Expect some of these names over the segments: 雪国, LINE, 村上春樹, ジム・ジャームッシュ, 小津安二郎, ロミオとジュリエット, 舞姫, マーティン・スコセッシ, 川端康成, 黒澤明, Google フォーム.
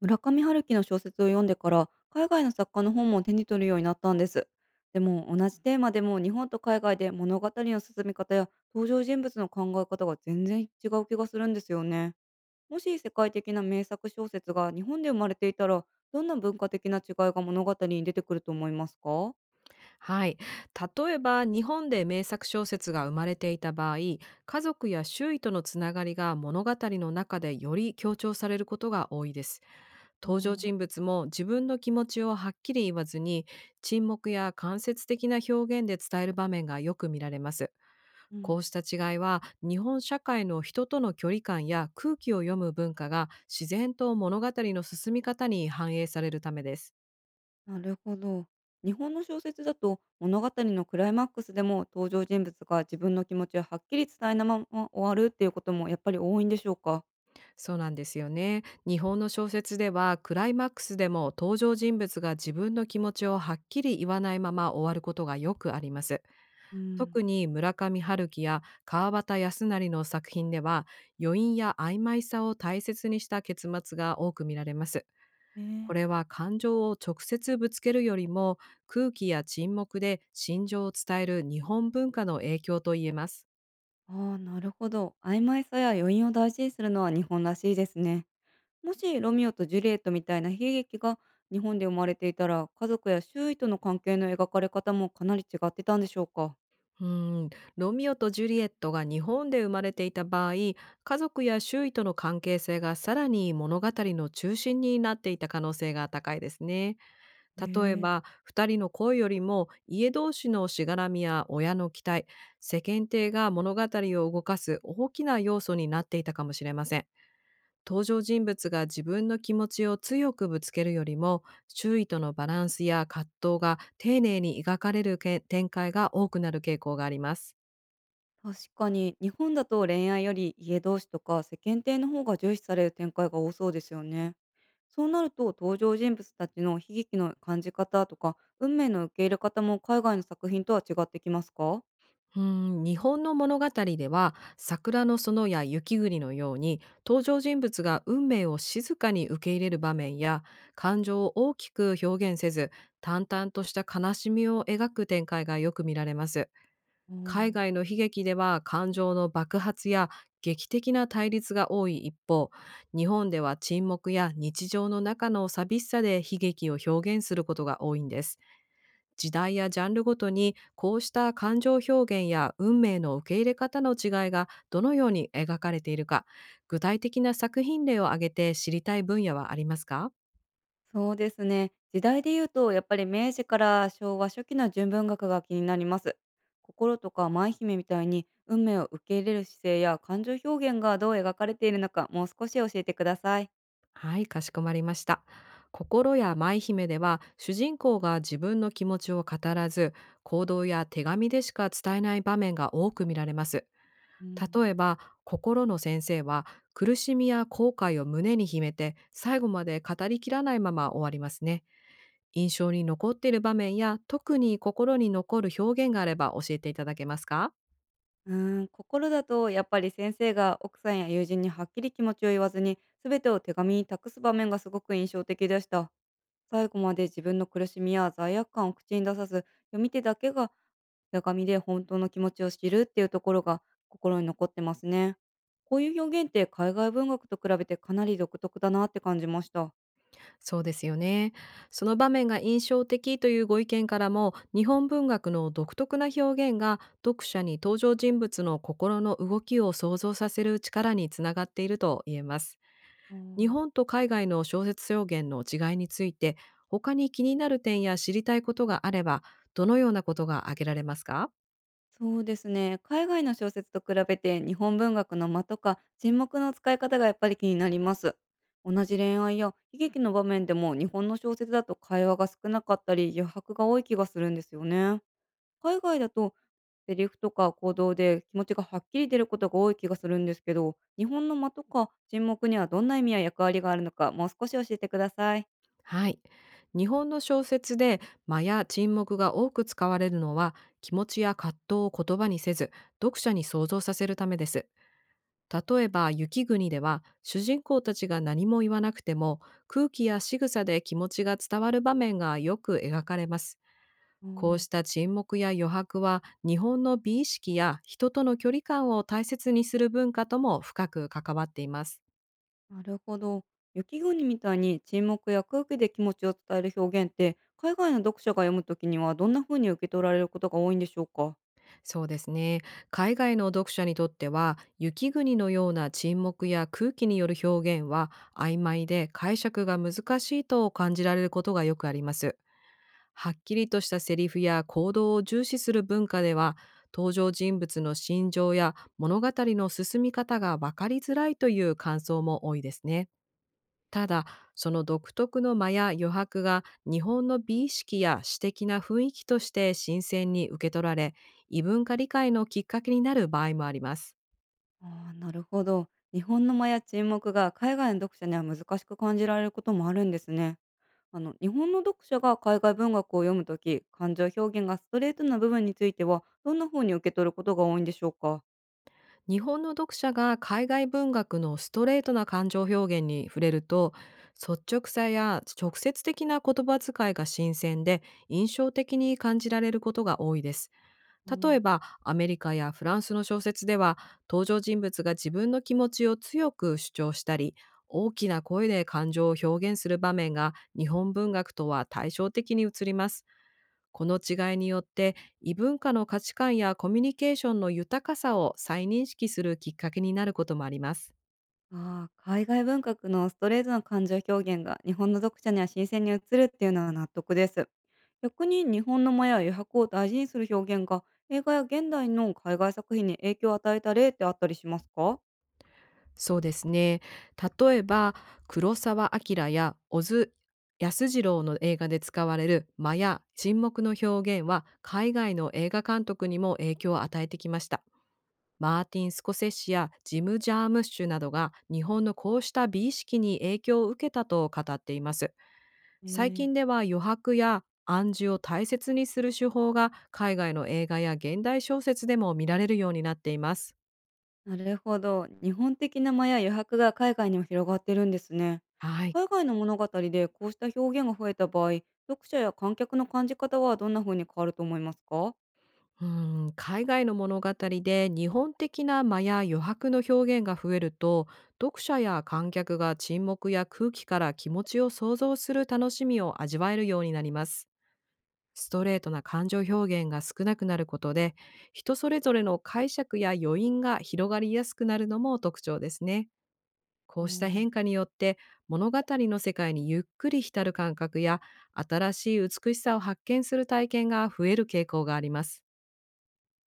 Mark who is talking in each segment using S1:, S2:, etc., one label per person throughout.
S1: 村上春樹の小説を読んでから海外の作家の本も手に取るようになったんです。でも同じテーマでも日本と海外で物語の進み方や登場人物の考え方が全然違う気がするんですよね。もし世界的な名作小説が日本で生まれていたらどんな文化的な違いが物語に出てくると思いますか？
S2: はい。例えば、日本で名作小説が生まれていた場合、家族や周囲とのつながりが物語の中でより強調されることが多いです。
S1: あ
S2: 登場
S1: ー。
S2: 人物も自分の気持ちをはっきり言わずに、沈黙や間接的な表現で伝える場面がよく見られます。
S1: う
S2: こうし
S1: ん。
S2: た違いは、日本社会の人との距離感や空気を読む文化が自然と物語の進み方に反映されるためです。
S1: なるほど。日本の小説だと物語のクライマックスでも登場人物が自分の気持ちをはっきり伝えなまま終わるっていうこともやっぱり多いんでしょうか？
S2: そうなんですよね。日本の小説ではクライマックスでも登場人物が自分の気持ちをはっきり言わないまま終わることがよくあります。
S1: うん、
S2: 特に村上春樹や川端康成の作品では、余韻や曖昧さを大切にした結末が多く見られます。
S1: え
S2: こ
S1: ー、
S2: れは感情を直接ぶつけるよりも、空気や沈黙で心情を伝える日本文化の影響と言えます。
S1: あー、なるほど。曖昧さや余韻を大事にするのは日本らしいですね。もしロミオとジュリエットみたいな悲劇が日本で生まれていたら家族や周囲との関係の描かれ方もかなり違ってたんでしょうか？
S2: うーん、ロミオとジュリエットが日本で生まれていた場合、家族や周囲との関係性がさらに物語の中心になっていた可能性が高いですね。
S1: へ
S2: 例え
S1: え。
S2: ば、二人の恋よりも家同士のしがらみや親の期待、世間体が物語を動かす大きな要素になっていたかもしれません。登場人物が自分の気持ちを強くぶつけるよりも、周囲とのバランスや葛藤が丁寧に描かれるけ展開が多くなる傾向があります。
S1: 確かに、日本だと恋愛より家同士とか世間体の方が重視される展開が多そうですよね。そうなると登場人物たちの悲劇の感じ方とか運命の受け入れ方も海外の作品とは違ってきますか？
S2: う日本の物語では、桜の園や雪国のように登場人物が運命を静かに受け入れる場面や、感情を大きく表現せず淡々とした悲しみを描く展開がよく見られます。
S1: う
S2: 海
S1: ん、お
S2: 外
S1: ー。
S2: の悲劇では感情の爆発や劇的な対立が多い一方、日本では沈黙や日常の中の寂しさで悲劇を表現することが多いんです。時代やジャンルごとに、こうした感情表現や運命の受け入れ方の違いがどのように描かれているか、具体的な作品例を挙げて知りたい分野はありますか？
S1: そうですね。時代で言うと、やっぱり明治から昭和初期の純文学が気になります。心とか舞姫みたいに運命を受け入れる姿勢や感情表現がどう描かれているのか、もう少し教えてください。
S2: はい、かしこまりました。心や舞姫では、主人公が自分の気持ちを語らず、行動や手紙でしか伝えない場面が多く見られます。
S1: うん。
S2: 例えば、心の先生は苦しみや後悔を胸に秘めて、最後まで語りきらないまま終わりますね。印象に残っている場面や、特に心に残る表現があれば教えていただけますか？
S1: うーん、心だとやっぱり先生が奥さんや友人にはっきり気持ちを言わずに全てを手紙に託す場面がすごく印象的でした。最後まで自分の苦しみや罪悪感を口に出さず読み手だけが手紙で本当の気持ちを知るっていうところが心に残ってますね。こういう表現って海外文学と比べてかなり独特だなって感じました。
S2: そうですよね。その場面が印象的というご意見からも、日本文学の独特な表現が読者に登場人物の心の動きを想像させる力につながっていると言えます。
S1: あ
S2: 日
S1: ー。
S2: 本と海外の小説表現の違いについて、他に気になる点や知りたいことがあれば、どのようなことが挙げられますか？
S1: そうですね。海外の小説と比べて日本文学の間とか沈黙の使い方がやっぱり気になります。同じ恋愛や悲劇の場面でも日本の小説だと会話が少なかったり余白が多い気がするんですよね。海外だとセリフとか行動で気持ちがはっきり出ることが多い気がするんですけど、日本の間とか沈黙にはどんな意味や役割があるのかもう少し教えてください。
S2: はい。日本の小説で間や沈黙が多く使われるのは、気持ちや葛藤を言葉にせず読者に想像させるためです。例えば雪国では、主人公たちが何も言わなくても空気や仕草で気持ちが伝わる場面がよく描かれます。
S1: あ
S2: こう
S1: ー、
S2: した沈黙や余白は、日本の美意識や人との距離感を大切にする文化とも深く関わっています。
S1: なるほど。雪国みたいに沈黙や空気で気持ちを伝える表現って海外の読者が読むときにはどんな風に受け取られることが多いんでしょうか？
S2: そうですね。海外の読者にとっては、雪国のような沈黙や空気による表現は、曖昧で解釈が難しいと感じられることがよくあります。はっきりとしたセリフや行動を重視する文化では、登場人物の心情や物語の進み方が分かりづらいという感想も多いですね。ただ、その独特の間や余白が日本の美意識や詩的な雰囲気として新鮮に受け取られ、異文化理解のきっかけになる場合もあります。
S1: ああ、なるほど。日本の間や沈黙が海外の読者には難しく感じられることもあるんですね。日本の読者が海外文学を読むとき感情表現がストレートな部分についてはどんな風に受け取ることが多いんでしょうか？
S2: 日本の読者が海外文学のストレートな感情表現に触れると、率直さや直接的な言葉遣いが新鮮で印象的に感じられることが多いです。例えば、アメリカやフランスの小説では、登場人物が自分の気持ちを強く主張したり、大きな声で感情を表現する場面が日本文学とは対照的に映ります。この違いによって、異文化の価値観やコミュニケーションの豊かさを再認識するきっかけになることもあります。
S1: ああ、海外文学のストレートな感情表現が日本の読者には新鮮に映るっていうのは納得です。逆に日本の間や余白を大事にする表現が映画や現代の海外作品に影響を与えた例ってあったりしますか？
S2: そうですね。例えば、黒澤明や小津安二郎の映画で使われる間や沈黙の表現は、海外の映画監督にも影響を与えてきました。マーティン・スコセッシやジム・ジャームッシュなどが、日本のこうした美意識に影響を受けたと語っています。
S1: え
S2: 最
S1: ー、
S2: 近では、余白や暗示を大切にする手法が海外の映画や現代小説でも見られるようになっています。
S1: なるほど。日本的な間や余白が海外にも広がってるんですね。
S2: はい。
S1: 海外の物語でこうした表現が増えた場合、読者や観客の感じ方はどんな風に変わると思いますか？
S2: う海外の物語で日本的な間や余白の表現が増えると、読者や観客が沈黙や空気から気持ちを想像する楽しみを味わえるようになります。ストレートな感情表現が少なくなることで、人それぞれの解釈や余韻が広がりやすくなるのも特徴ですね。こ
S1: あ
S2: うした
S1: ー。
S2: 変化によって、物語の世界にゆっくり浸る感覚や新しい美しさを発見する体験が増える傾向があります。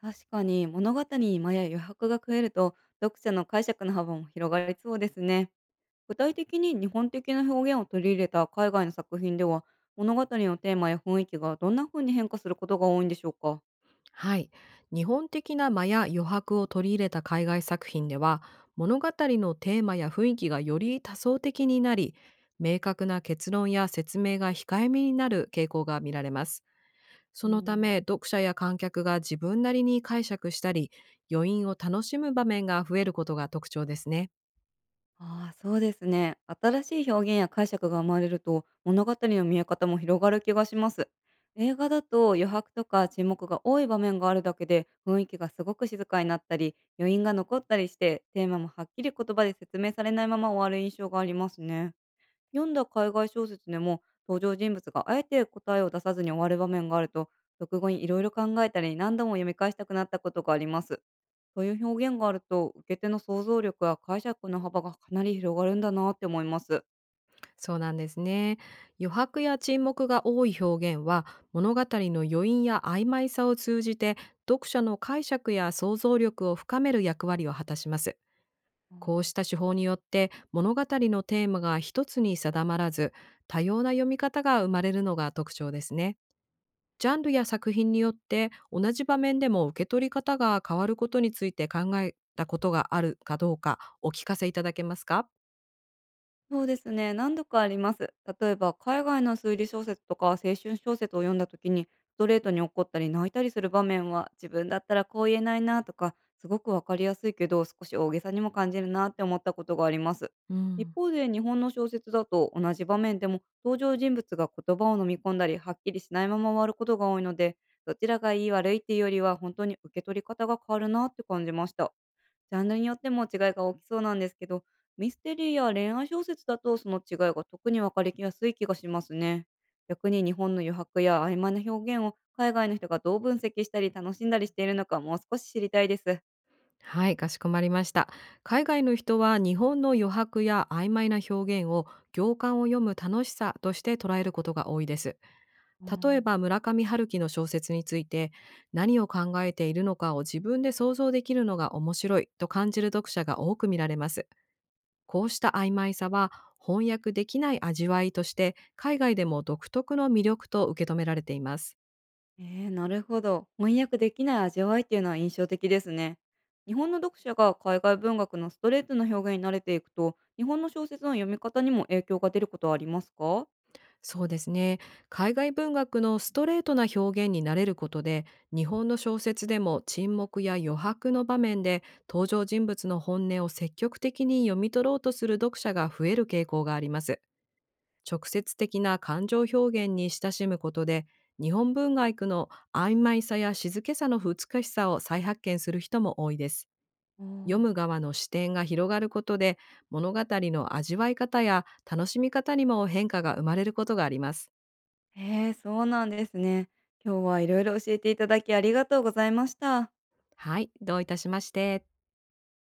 S1: 確かに物語に間や余白が増えると読者の解釈の幅も広がりそうですね。具体的に日本的な表現を取り入れた海外の作品では物語のテーマや雰囲気がどんな風に変化することが多いんでしょうか。
S2: はい。日本的な間や余白を取り入れた海外作品では、物語のテーマや雰囲気がより多層的になり、明確な結論や説明が控えめになる傾向が見られます。
S1: う
S2: そのた
S1: ん。
S2: め、読者や観客が自分なりに解釈したり、余韻を楽しむ場面が増えることが特徴ですね。
S1: ああ、そうですね。新しい表現や解釈が生まれると物語の見え方も広がる気がします。映画だと余白とか沈黙が多い場面があるだけで雰囲気がすごく静かになったり余韻が残ったりしてテーマもはっきり言葉で説明されないまま終わる印象がありますね。読んだ海外小説でも登場人物があえて答えを出さずに終わる場面があると読後にいろいろ考えたり何度も読み返したくなったことがあります。そういう表現があると、受け手の想像力や解釈の幅がかなり広がるんだなって思います。
S2: そうなんですね。余白や沈黙が多い表現は、物語の余韻や曖昧さを通じて読者の解釈や想像力を深める役割を果たします。
S1: あ
S2: こう
S1: ー。
S2: した手法によって、物語のテーマが一つに定まらず、多様な読み方が生まれるのが特徴ですね。ジャンルや作品によって同じ場面でも受け取り方が変わることについて、考えたことがあるかどうかお聞かせいただけますか？
S1: そうですね、何度かあります。例えば、海外の推理小説とか青春小説を読んだ時に、ストレートに怒ったり泣いたりする場面は、自分だったらこう言えないなとか、すごくわかりやすいけど、少し大げさにも感じるなって思ったことがあります。
S2: う
S1: 一
S2: ん。
S1: 方で、日本の小説だと、同じ場面でも登場人物が言葉を飲み込んだり、はっきりしないまま終わることが多いので、どちらがいい悪いっていうよりは、本当に受け取り方が変わるなって感じました。ジャンルによっても違いが大きそうなんですけど、ミステリーや恋愛小説だとその違いが特に分かりやすい気がしますね。逆に日本の余白や曖昧な表現を海外の人がどう分析したり楽しんだりしているのかもう少し知りたいです。
S2: はい、かしこまりました。海外の人は日本の余白や曖昧な表現を、行間を読む楽しさとして捉えることが多いです。
S1: う
S2: 例え
S1: ん、
S2: ば村上春樹の小説について、何を考えているのかを自分で想像できるのが面白いと感じる読者が多く見られます。こうした曖昧さは、翻訳できない味わいとして海外でも独特の魅力と受け止められています。
S1: えー、なるほど。翻訳できない味わいっていうのは印象的ですね。日本の読者が海外文学のストレートな表現に慣れていくと、日本の小説の読み方にも影響が出ることはありますか？
S2: そうですね。海外文学のストレートな表現に慣れることで、日本の小説でも沈黙や余白の場面で登場人物の本音を積極的に読み取ろうとする読者が増える傾向があります。直接的な感情表現に親しむことで、日本文学の曖昧さや静けさの美しさを再発見する人も多いです。
S1: あ
S2: 読
S1: ー。
S2: む側の視点が広がることで、物語の味わい方や楽しみ方にも変化が生まれることがあります。
S1: へえ、そうなんですね。今日はいろいろ教えていただきありがとうございました。
S2: はい、どういたしまして。